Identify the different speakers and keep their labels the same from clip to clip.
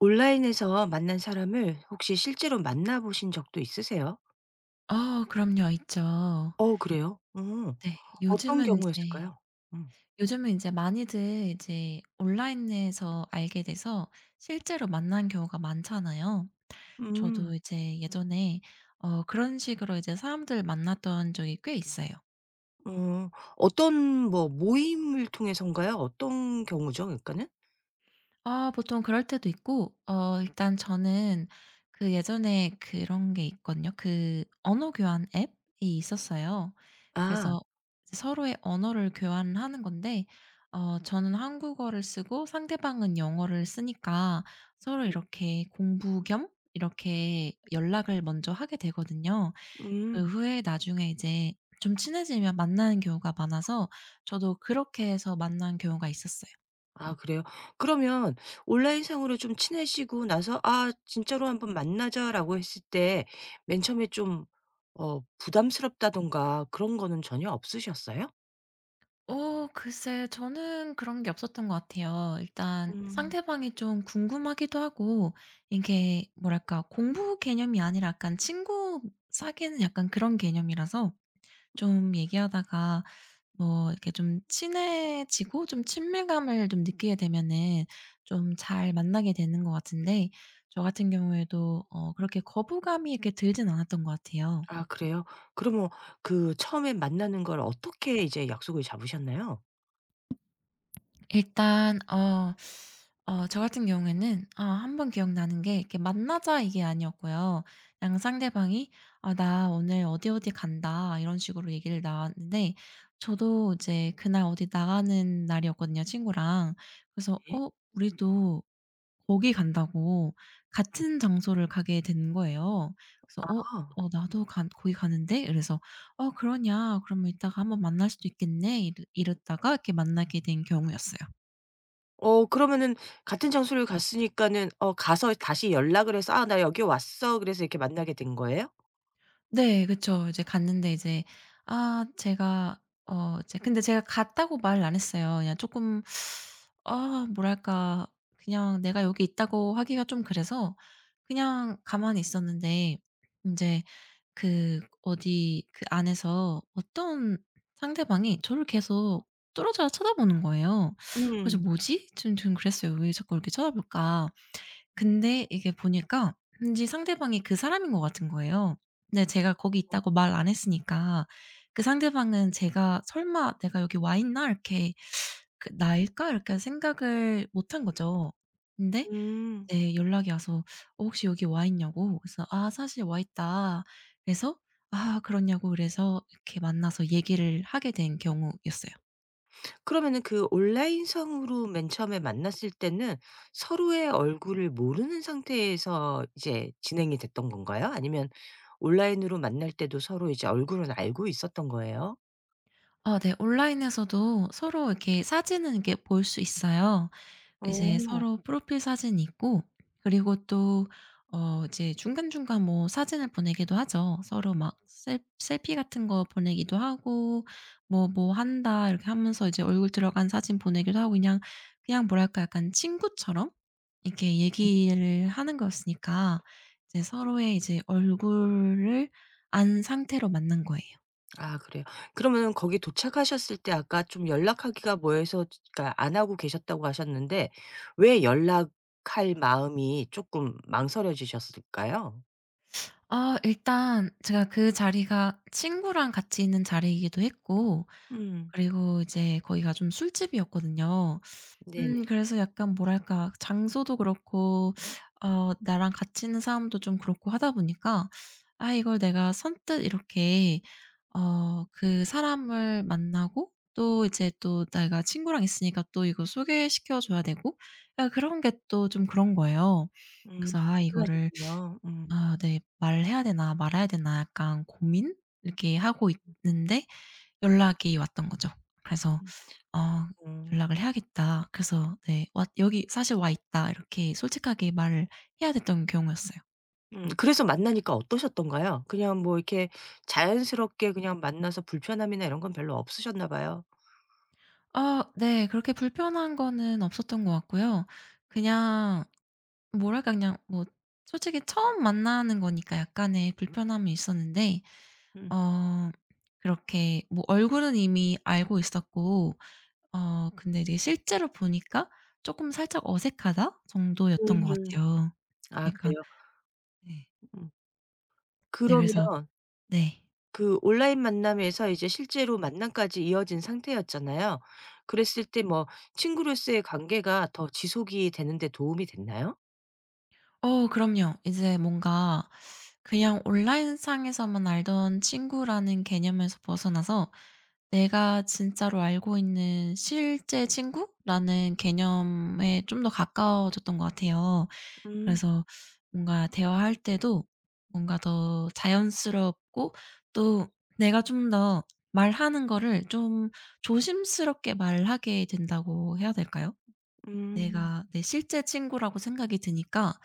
Speaker 1: 온라인에서 만난 사람을 혹시 실제로 만나 보신 적도 있으세요?
Speaker 2: 그럼요. 있죠.
Speaker 1: 어 그래요? 어.
Speaker 2: 네.
Speaker 1: 어떤
Speaker 2: 요즘은 이제
Speaker 1: 경우였을까요? 음.
Speaker 2: 많이들 이제 온라인에서 알게 돼서 실제로 만난 경우가 많잖아요.
Speaker 1: 음.
Speaker 2: 저도 이제 예전에 그런 식으로 이제 사람들 만났던 적이 꽤 있어요.
Speaker 1: 어. 어떤 뭐 모임을 통해서인가요? 어떤 경우죠 그러니까는?
Speaker 2: 아 보통 그럴 때도 있고 일단 저는 그 예전에 그런 게 있거든요. 그 언어 교환 앱이 있었어요.
Speaker 1: 아
Speaker 2: 그래서 이제 서로의 언어를 교환하는 건데 저는 한국어를 쓰고 상대방은 영어를 쓰니까 서로
Speaker 1: 네.
Speaker 2: 이렇게 공부 겸 이렇게 연락을 먼저 하게 되거든요. 그
Speaker 1: 음.
Speaker 2: 후에 나중에 이제 좀 친해지면 만나는 경우가 많아서 저도 그렇게 해서 만난 경우가 있었어요.
Speaker 1: 아 그래요? 그러면 온라인상으로 좀 친해지고 나서 '아 진짜로 한번 만나자.'라고 했을 때 맨 처음에 좀 부담스럽다든가 그런 거는 전혀 없으셨어요?
Speaker 2: 글쎄, 저는 그런 게 없었던 것 같아요. 일단
Speaker 1: 음.
Speaker 2: 상대방이 좀 궁금하기도 하고 이게 뭐랄까 공부 개념이 아니라 약간 친구 사귀는 약간 그런 개념이라서 좀 얘기하다가 뭐 이렇게 좀 친해지고 좀 친밀감을 좀 느끼게 되면은 좀 잘 만나게 되는 것 같은데, 저 같은 경우에도 그렇게 거부감이 이렇게 들진 않았던 것 같아요.
Speaker 1: 아 그래요? 그러면 그 처음에 만나는 걸 어떻게 이제 약속을 잡으셨나요?
Speaker 2: 일단 저 같은 경우에는 한 번 기억나는 게 이렇게 만나자 이게 아니었고요. 그냥 상대방이 "아 나 오늘 어디 어디 간다." 이런 식으로 얘기를 나왔는데 저도 이제 그날 어디 나가는 날이었거든요, 친구랑. 그래서
Speaker 1: 네.
Speaker 2: "어, 우리도 거기 간다."고 같은 장소를 가게 된 거예요. 그래서 "어
Speaker 1: 아.
Speaker 2: 어 나도 간 거기 가는데." 그래서 "어, 그러냐? 그러면 이따가 한번 만날 수도 있겠네." 이 이랬다가 이렇게 만나게 된 경우였어요.
Speaker 1: 그러면은 같은 장소를 갔으니까는 가서 다시 연락을 해서 "아 나 여기 왔어." 그래서 이렇게 만나게 된 거예요?
Speaker 2: 네. 그쵸. 이제 갔는데 이제, 아 제가, 이제 근데 제가 갔다고 말을 안 했어요. 그냥 쪼끔, 아 뭐랄까, 그냥 내가 여기 있다고 하기가 좀 그래서 그냥 가만히 있었는데, 인제 그 어디, 그 안에서 어떤 상대방이 저를 계속 뚫어져라 쳐다보는 거예요. 그래서
Speaker 1: 음.
Speaker 2: '뭐지?' 좀 그랬어요. '왜 자꾸 이렇게 쳐다볼까?' 근데 이게 보니까 왠지 상대방이 그 사람인 것 같은 거예요. 근데 제가 거기 있다고 말 안 했으니까 그 상대방은 제가 '설마 내가 여기 와 있나?' 이렇게, 그 '나일까?' 이렇게 생각을 못 한 거죠. 근데
Speaker 1: 음.
Speaker 2: 이제 연락이 와서 "어, 혹시 여기 와 있냐."고, 그래서 "아, 사실 와 있다." 그래서 "아, 그렇냐."고, 그래서 이렇게 만나서 얘기를 하게 된 경우였어요.
Speaker 1: 그러면은 그 온라인상으로 맨 처음에 만났을 때는 서로의 얼굴을 모르는 상태에서 이제 진행이 됐던 건가요? 아니면 온라인으로 만날 때도 서로 이제 얼굴은 알고 있었던 거예요?
Speaker 2: 아, 네. 온라인에서도 서로 이렇게 사진은 이렇게 볼 수 있어요. 이제
Speaker 1: 어.
Speaker 2: 서로 프로필 사진이 있고, 그리고 또 이제 중간중간 뭐 사진을 보내기도 하죠. 서로 막 셀 셀피 같은 거 보내기도 하고, 뭐 "뭐 한다." 이렇게 하면서 이제 얼굴 들어간 사진 보내기도 하고. 그냥 뭐랄까 약간 친구처럼 이렇게 얘기를 하는 거였으니까 이제 서로의 이제 얼굴을 안 상태로 만난 거예요.
Speaker 1: 아 그래요. 그러면은 거기 도착하셨을 때 아까 좀 연락하기가 뭐해서 그러니까 안 하고 계셨다고 하셨는데 왜 연락할 마음이 조금 망설여지셨을까요?
Speaker 2: 아 일단 제가 그 자리가 친구랑 같이 있는 자리이기도 했고,
Speaker 1: 음.
Speaker 2: 그리고 이제 거기가 좀 술집이었거든요.
Speaker 1: 네네.
Speaker 2: 그래서 약간 뭐랄까 장소도 그렇고 나랑 같이 있는 사람도 좀 그렇고 하다 보니까 '아 이걸 내가 선뜻 이렇게 그 사람을 만나고 또 이제 또 내가 친구랑 있으니까 또 이거 소개시켜 줘야 되고' 야 그런 게 또 좀 그런 거예요.
Speaker 1: 좀
Speaker 2: 그래서 '아 이거를,
Speaker 1: 불편하셨군요. 음.
Speaker 2: 아 네. 말해야 되나 말아야 되나.' 약간 고민 이렇게 하고 있는데 연락이 왔던 거죠. 그래서 "어,
Speaker 1: 음.
Speaker 2: 연락을 해야겠다." 그래서 네 "왔 여기 사실 와 있다." 이렇게 솔직하게 말을 해야 됐던 경우였어요.
Speaker 1: 그래서 만나니까 어떠셨던가요? 그냥 뭐 이렇게 자연스럽게 그냥 만나서 불편함이나 이런 건 별로 없으셨나 봐요.
Speaker 2: 네. 그렇게 불편한 거는 없었던 것 같고요. 그냥 뭐랄까 그냥 뭐 솔직히 처음 만나는 거니까 약간의 불편함이 있었는데
Speaker 1: 음.
Speaker 2: 어 그렇게 뭐 얼굴은 이미 알고 있었고 근데 이제 실제로 보니까 '쪼끔 살짝 어색하다.' 정도였던 것
Speaker 1: 음.
Speaker 2: 같아요.
Speaker 1: 아
Speaker 2: 그러니까
Speaker 1: 그래요?
Speaker 2: 네.
Speaker 1: 음.
Speaker 2: 네 그래서
Speaker 1: 그러면
Speaker 2: 네.
Speaker 1: 그 온라인 만남에서 이제 실제로 만남까지 이어진 상태였잖아요. 그랬을 때 뭐 친구로서의 관계가 더 지속이 되는 데 도움이 됐나요?
Speaker 2: 그럼요. 이제 뭔가 그냥 온라인상에서만 알던 친구라는 개념에서 벗어나서 내가 진짜로 알고 있는 실제 친구라는 개념에 좀 더 가까워졌던 것 같아요.
Speaker 1: 음.
Speaker 2: 그래서 뭔가 대화할 때도 뭔가 더 자연스럽고, 또 내가 좀 더 말하는 거를 좀 조심스럽게 말하게 된다고 해야 될까요?
Speaker 1: 음.
Speaker 2: 내가 내 실제 친구라고 생각이 드니까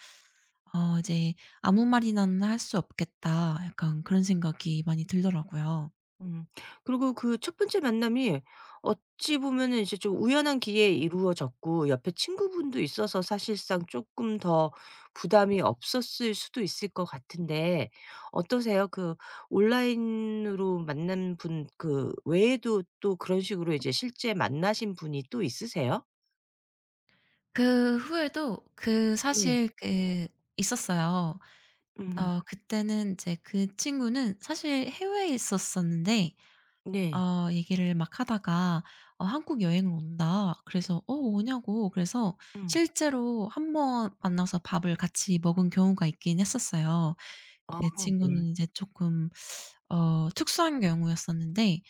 Speaker 2: 이제 '아무 말이나는 할 수 없겠다.' 약간 그런 생각이 많이 들더라고요.
Speaker 1: 음. 그리고 그 첫 번째 만남이 어찌 보면은 이제 좀 우연한 기회에 이루어졌고 옆에 친구분도 있어서 사실상 조금 더 부담이 없었을 수도 있을 것 같은데 어떠세요? 그 온라인으로 만난 분 그 외에도 또 그런 식으로 이제 실제 만나신 분이 또 있으세요?
Speaker 2: 그 후에도, 그
Speaker 1: 네.
Speaker 2: 사실 그 있었어요.
Speaker 1: 음.
Speaker 2: 그때는 이제 그 친구는 사실 해외에 있었었는데
Speaker 1: 네.
Speaker 2: 얘기를 막 하다가 "어, 한국 여행을 온다." 그래서 "어, 오냐고." 그래서
Speaker 1: 음.
Speaker 2: 실제로 한번 만나서 밥을 같이 먹은 경우가 있긴 했었어요.
Speaker 1: 아
Speaker 2: 그
Speaker 1: 네.
Speaker 2: 친구는 이제 조금 특수한 경우였었는데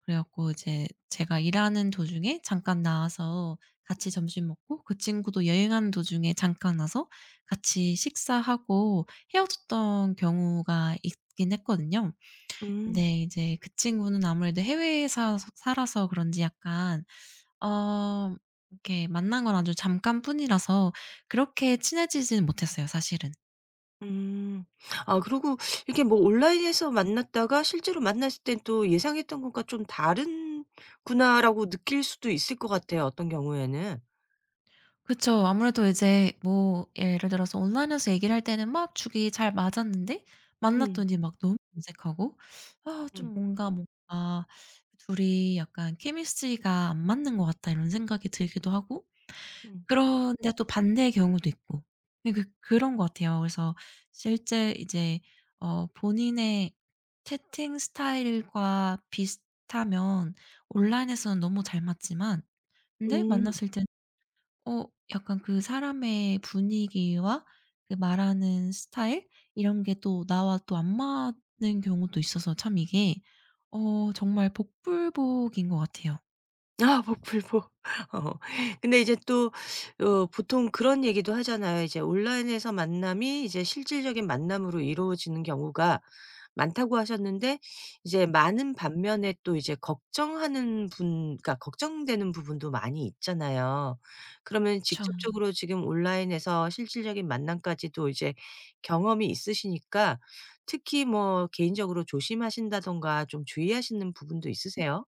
Speaker 2: 그래 갖고 이제 제가 일하는 도중에 잠깐 나와서 같이 점심 먹고, 그 친구도 여행하는 도중에 잠깐 와서 같이 식사하고 헤어졌던 경우가 있긴 했거든요.
Speaker 1: 음.
Speaker 2: 네. 이제 그 친구는 아무래도 해외에 사서 살아서 그런지 약간 어 이렇게 만난 건 아주 잠깐뿐이라서 그렇게 친해지지는 못했어요, 사실은.
Speaker 1: 음. 아 그리고 이게 뭐 온라인에서 만났다가 실제로 만났을 땐 또 '예상했던 것과 좀 다른구나.'라고 느낄 수도 있을 것 같아요, 어떤 경우에는.
Speaker 2: 그쵸. 아무래도 이제 뭐 예를 들어서 온라인에서 얘기를 할 때는 막 죽이 잘 맞았는데
Speaker 1: 음.
Speaker 2: 만났더니 막 너무 어색하고, 아
Speaker 1: 음.
Speaker 2: 좀 뭔가 '둘이 약간 케미스트리가 안 맞는 것 같다.' 이런 생각이 들기도 하고,
Speaker 1: 음.
Speaker 2: 그런데 또 반대의 경우도 있고. 예, 그런 것 같아요. 그래서 실제 이제 본인의 채팅 스타일과 비슷하면 온라인에서는 너무 잘 맞지만, 근데
Speaker 1: 음.
Speaker 2: 만났을 땐 어 약간 그 사람의 분위기와 그 말하는 스타일, 이런 게 또 나와 또 안 맞는 경우도 있어서 참 이게 정말 복불복인 것 같아요.
Speaker 1: 아 복불복. 어. 근데 이제 또 보통 그런 얘기도 하잖아요. 이제 온라인에서 만남이 이제 실질적인 만남으로 이루어지는 경우가 많다고 하셨는데 이제 많은 반면에 또 이제 걱정하는 분 그러니까 걱정되는 부분도 많이 있잖아요. 그러면
Speaker 2: 그쵸.
Speaker 1: 직접적으로 지금 온라인에서 실질적인 만남까지도 이제 경험이 있으시니까 특히 뭐 개인적으로 조심하신다든가 좀 주의하시는 부분도 있으세요?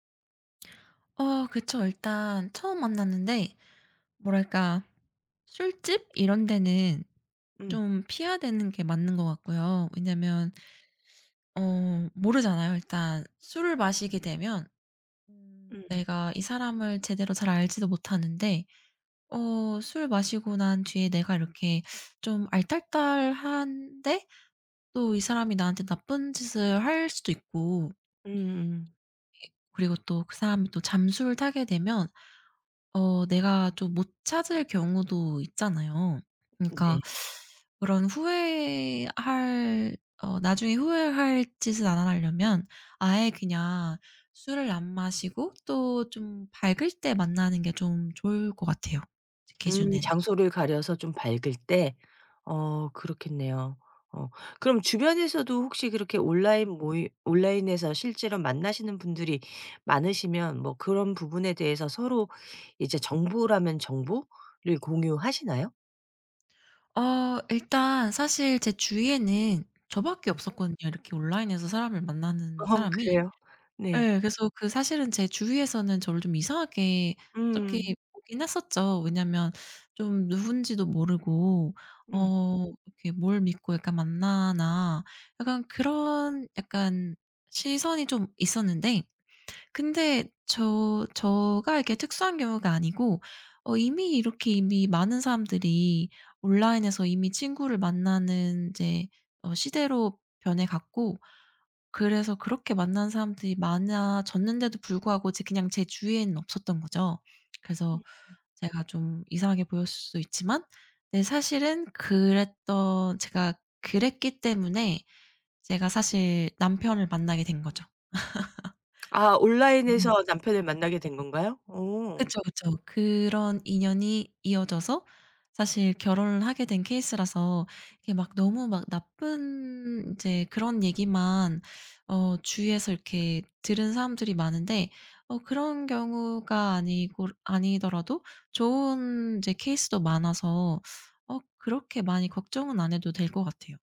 Speaker 2: 그쵸. 일단 처음 만났는데 뭐랄까 술집 이런 데는
Speaker 1: 음.
Speaker 2: 좀 피해야 되는 게 맞는 것 같고요. 왜냐면 모르잖아요. 일단 술을 마시게 되면
Speaker 1: 음.
Speaker 2: 내가 이 사람을 제대로 잘 알지도 못하는데 술 마시고 난 뒤에 내가 이렇게 좀 알딸딸한데 또 이 사람이 나한테 나쁜 짓을 할 수도 있고,
Speaker 1: 음음.
Speaker 2: 그리고 또 그 사람이 또 잠수를 타게 되면 내가 좀 못 찾을 경우도 있잖아요. 그러니까
Speaker 1: 네.
Speaker 2: 그런 후회할 어 나중에 후회할 짓을 안 하려면 아예 그냥 술을 안 마시고 또 좀 밝을 때 만나는 게 좀 좋을 것 같아요, 제 기준에는.
Speaker 1: 장소를 가려서 좀 밝을 때 어 그렇겠네요. 어 그럼 주변에서도 혹시 그렇게 온라인 모임 온라인에서 실제로 만나시는 분들이 많으시면 뭐 그런 부분에 대해서 서로 이제 정보라면 정보를 공유하시나요?
Speaker 2: 일단 사실 제 주위에는 저밖에
Speaker 1: 음.
Speaker 2: 없었거든요, 이렇게 온라인에서 사람을 만나는
Speaker 1: 어
Speaker 2: 사람이.
Speaker 1: 그래요? 네.
Speaker 2: 예. 그래서 그 사실은 제 주위에서는 저를 좀 이상하게 어떻게
Speaker 1: 음.
Speaker 2: 보긴 했었죠. 왜냐면 좀 누군지도 모르고
Speaker 1: 음.
Speaker 2: 이렇게 '뭘 믿고 약간 만나나.' 약간 그런 약간 시선이 좀 있었는데, 근데 저가 이렇게 특수한 경우가 아니고 이미 이렇게 이미 많은 사람들이 온라인에서 이미 친구를 만나는 이제 시대로 변해 갔고, 그래서 그렇게 만난 사람들이 많아졌는데도 불구하고 이제 그냥 제 주위에는 없었던 거죠. 그래서 제가 좀 이상하게 보였을 수도 있지만, 네 사실은, 그랬던 제가 그랬기 때문에 제가 사실 남편을 만나게 된 거죠.
Speaker 1: 아 온라인에서 남편을 만나게 된 건가요? 어.
Speaker 2: 그쵸, 그쵸. 그런 인연이 이어져서 사실 결혼을 하게 된 케이스라서, 이게 막 너무 막 나쁜 인제 그런 얘기만 주위에서 이렇게 들은 사람들이 많은데, 그런 경우가 아니고 아니더라도 좋은 이제 케이스도 많아서 그렇게 많이 걱정은 안 해도 될 것 같아요.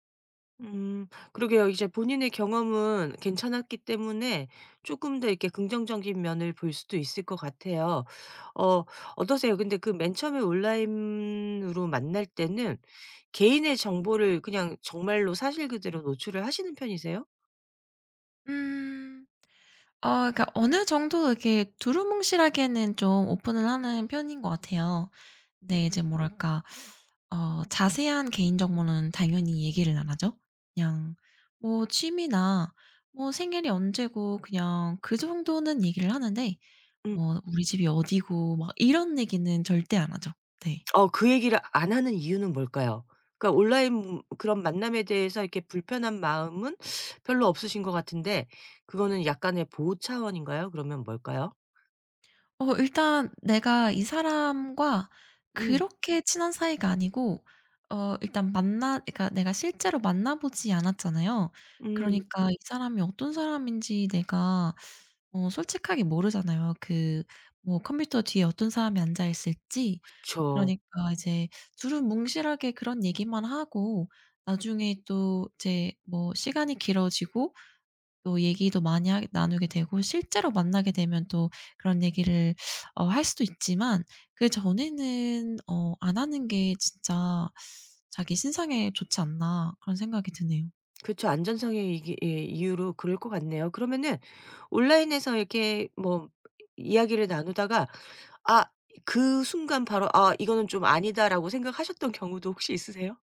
Speaker 1: 음 그러게요. 이제 본인의 경험은 괜찮았기 때문에 조금 더 이렇게 긍정적인 면을 볼 수도 있을 것 같아요. 어 어떠세요? 근데 그 맨 처음에 온라인으로 만날 때는 개인의 정보를 그냥 정말로 사실 그대로 노출을 하시는 편이세요?
Speaker 2: 음. 그러니까 어느 정도 이렇게 두루뭉실하게는 좀 오픈을 하는 편인 것 같아요.
Speaker 1: 음
Speaker 2: 네 이제 뭐랄까 자세한 개인 정보는 당연히 얘기를 안 하죠. 그냥 뭐 취미나 뭐 생일이 언제고 그냥 그 정도는 얘기를 하는데
Speaker 1: 음.
Speaker 2: 뭐 우리 집이 어디고 막 이런 얘기는 절대 안 하죠. 네.
Speaker 1: 그 얘기를 안 하는 이유는 뭘까요? 그러니까 온라인 그런 만남에 대해서 이렇게 불편한 마음은 별로 없으신 것 같은데 그거는 약간의 보호 차원인가요? 그러면 뭘까요?
Speaker 2: 일단 내가 이 사람과
Speaker 1: 음.
Speaker 2: 그렇게 친한 사이가 아니고 일단 만나 그러니까 내가 실제로 만나 보지 않았잖아요.
Speaker 1: 음.
Speaker 2: 그러니까 네. 이 사람이 어떤 사람인지 내가 솔직하게 모르잖아요. 그 뭐 컴퓨터 뒤에 어떤 사람이 앉아 있을지.
Speaker 1: 그쵸.
Speaker 2: 그러니까 이제 두루뭉실하게 그런 얘기만 하고 나중에 또 이제 뭐 시간이 길어지고 또 얘기도 많이 하 나누게 되고 실제로 만나게 되면 또 그런 얘기를 할 수도 있지만 그전에는 '안 하는 게 진짜 자기 신상에 좋지 않나.' 그런 생각이 드네요.
Speaker 1: 그쵸. 안전성의 이기 예 이유로 그럴 것 같네요. 그러면은 온라인에서 이렇게 뭐 이야기를 나누다가 아 그 순간 바로 '아 이거는 좀 아니다.'라고 생각하셨던 경우도 혹시 있으세요?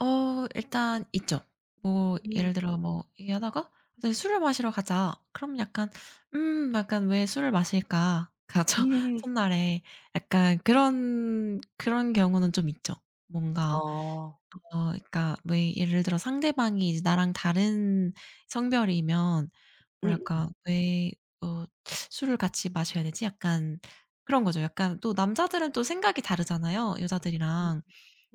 Speaker 2: 일단 있죠. 뭐
Speaker 1: 음.
Speaker 2: 예를 들어 뭐 얘기하다가 "네 술을 마시러 가자." 그럼 약간 '음 약간 왜 술을 마실까?' 가 저
Speaker 1: 음.
Speaker 2: 첫날에 약간 그런 경우는 좀 있죠. 뭔가
Speaker 1: 어.
Speaker 2: 그러니까 왜 예를 들어 상대방이 이제 나랑 다른 성별이면
Speaker 1: 음음.
Speaker 2: 뭐랄까 왜 어 '술을 같이 마셔야 되지?' 약간 그런 거죠. 약간 또 남자들은 또 생각이 다르잖아요, 여자들이랑.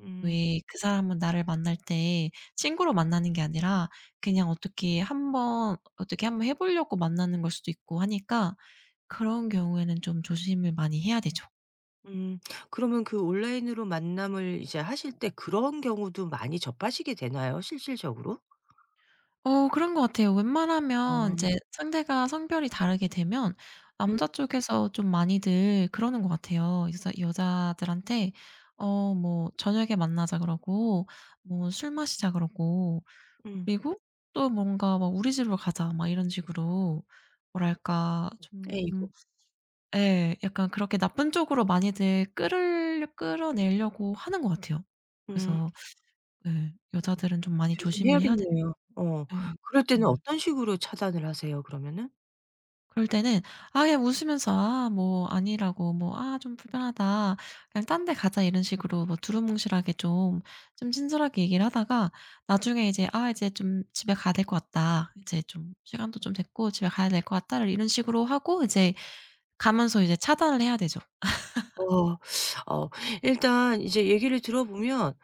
Speaker 1: 음.
Speaker 2: 왜 그 사람은 나를 만날 때 친구로 만나는 게 아니라 그냥 어떻게 한번 해 보려고 만나는 걸 수도 있고 하니까 그런 경우에는 좀 조심을 많이 해야 되죠.
Speaker 1: 음. 그러면 그 온라인으로 만남을 이제 하실 때 그런 경우도 많이 접하시게 되나요? 실질적으로?
Speaker 2: 그런 것 같아요. 웬만하면
Speaker 1: 어.
Speaker 2: 이제 상대가 성별이 다르게 되면
Speaker 1: 음
Speaker 2: 남자 쪽에서 좀 많이들 그러는 것 같아요. 그래서 여자들한테 뭐 "저녁에 만나자." 그러고 뭐 "술 마시자." 그러고,
Speaker 1: 음.
Speaker 2: 그리고 또 뭔가 막 "우리 집으로 가자." 막 이런 식으로 뭐랄까, 좀
Speaker 1: 에이고.
Speaker 2: 예 약간 그렇게 나쁜 쪽으로 많이들 끌으려 끌어내려고 하는 것 같아요.
Speaker 1: 음.
Speaker 2: 그래서 예 여자들은 좀 많이 조심을 해야 되는
Speaker 1: 조심해야겠네요. 어.
Speaker 2: 예
Speaker 1: 그럴 때는
Speaker 2: 정말.
Speaker 1: 어떤 식으로 차단을 하세요 그러면은?
Speaker 2: 그럴 때는 아예 웃으면서 "아 뭐 아니라고." 뭐 "아 좀 불편하다. 그냥 딴 데 가자." 이런 식으로 뭐 두루뭉실하게 좀, 친절하게 얘기를 하다가 나중에 이제 "아 이제 좀 집에 가야 될 것 같다. 이제 좀 시간도 좀 됐고 집에 가야 될 것 같다."를 이런 식으로 하고 이제 가면서 이제 차단을 해야 되죠.
Speaker 1: 어. 어 일단 이제 얘기를 들어보면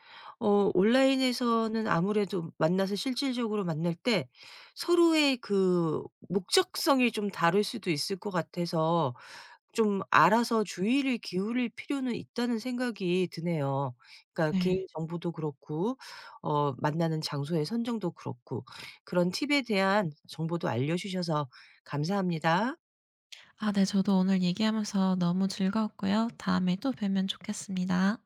Speaker 1: 온라인에서는 아무래도 만나서 실질적으로 만날 때 서로의 그 목적성이 좀 다를 수도 있을 것 같아서 좀 알아서 주의를 기울일 필요는 있다는 생각이 드네요. 그러니까 개인
Speaker 2: 네.
Speaker 1: 정보도 그렇고 만나는 장소의 선정도 그렇고 그런 팁에 대한 정보도 알려 주셔서 감사합니다.
Speaker 2: 아, 네. 저도 오늘 얘기하면서 너무 즐거웠고요. 다음에 또 뵈면 좋겠습니다.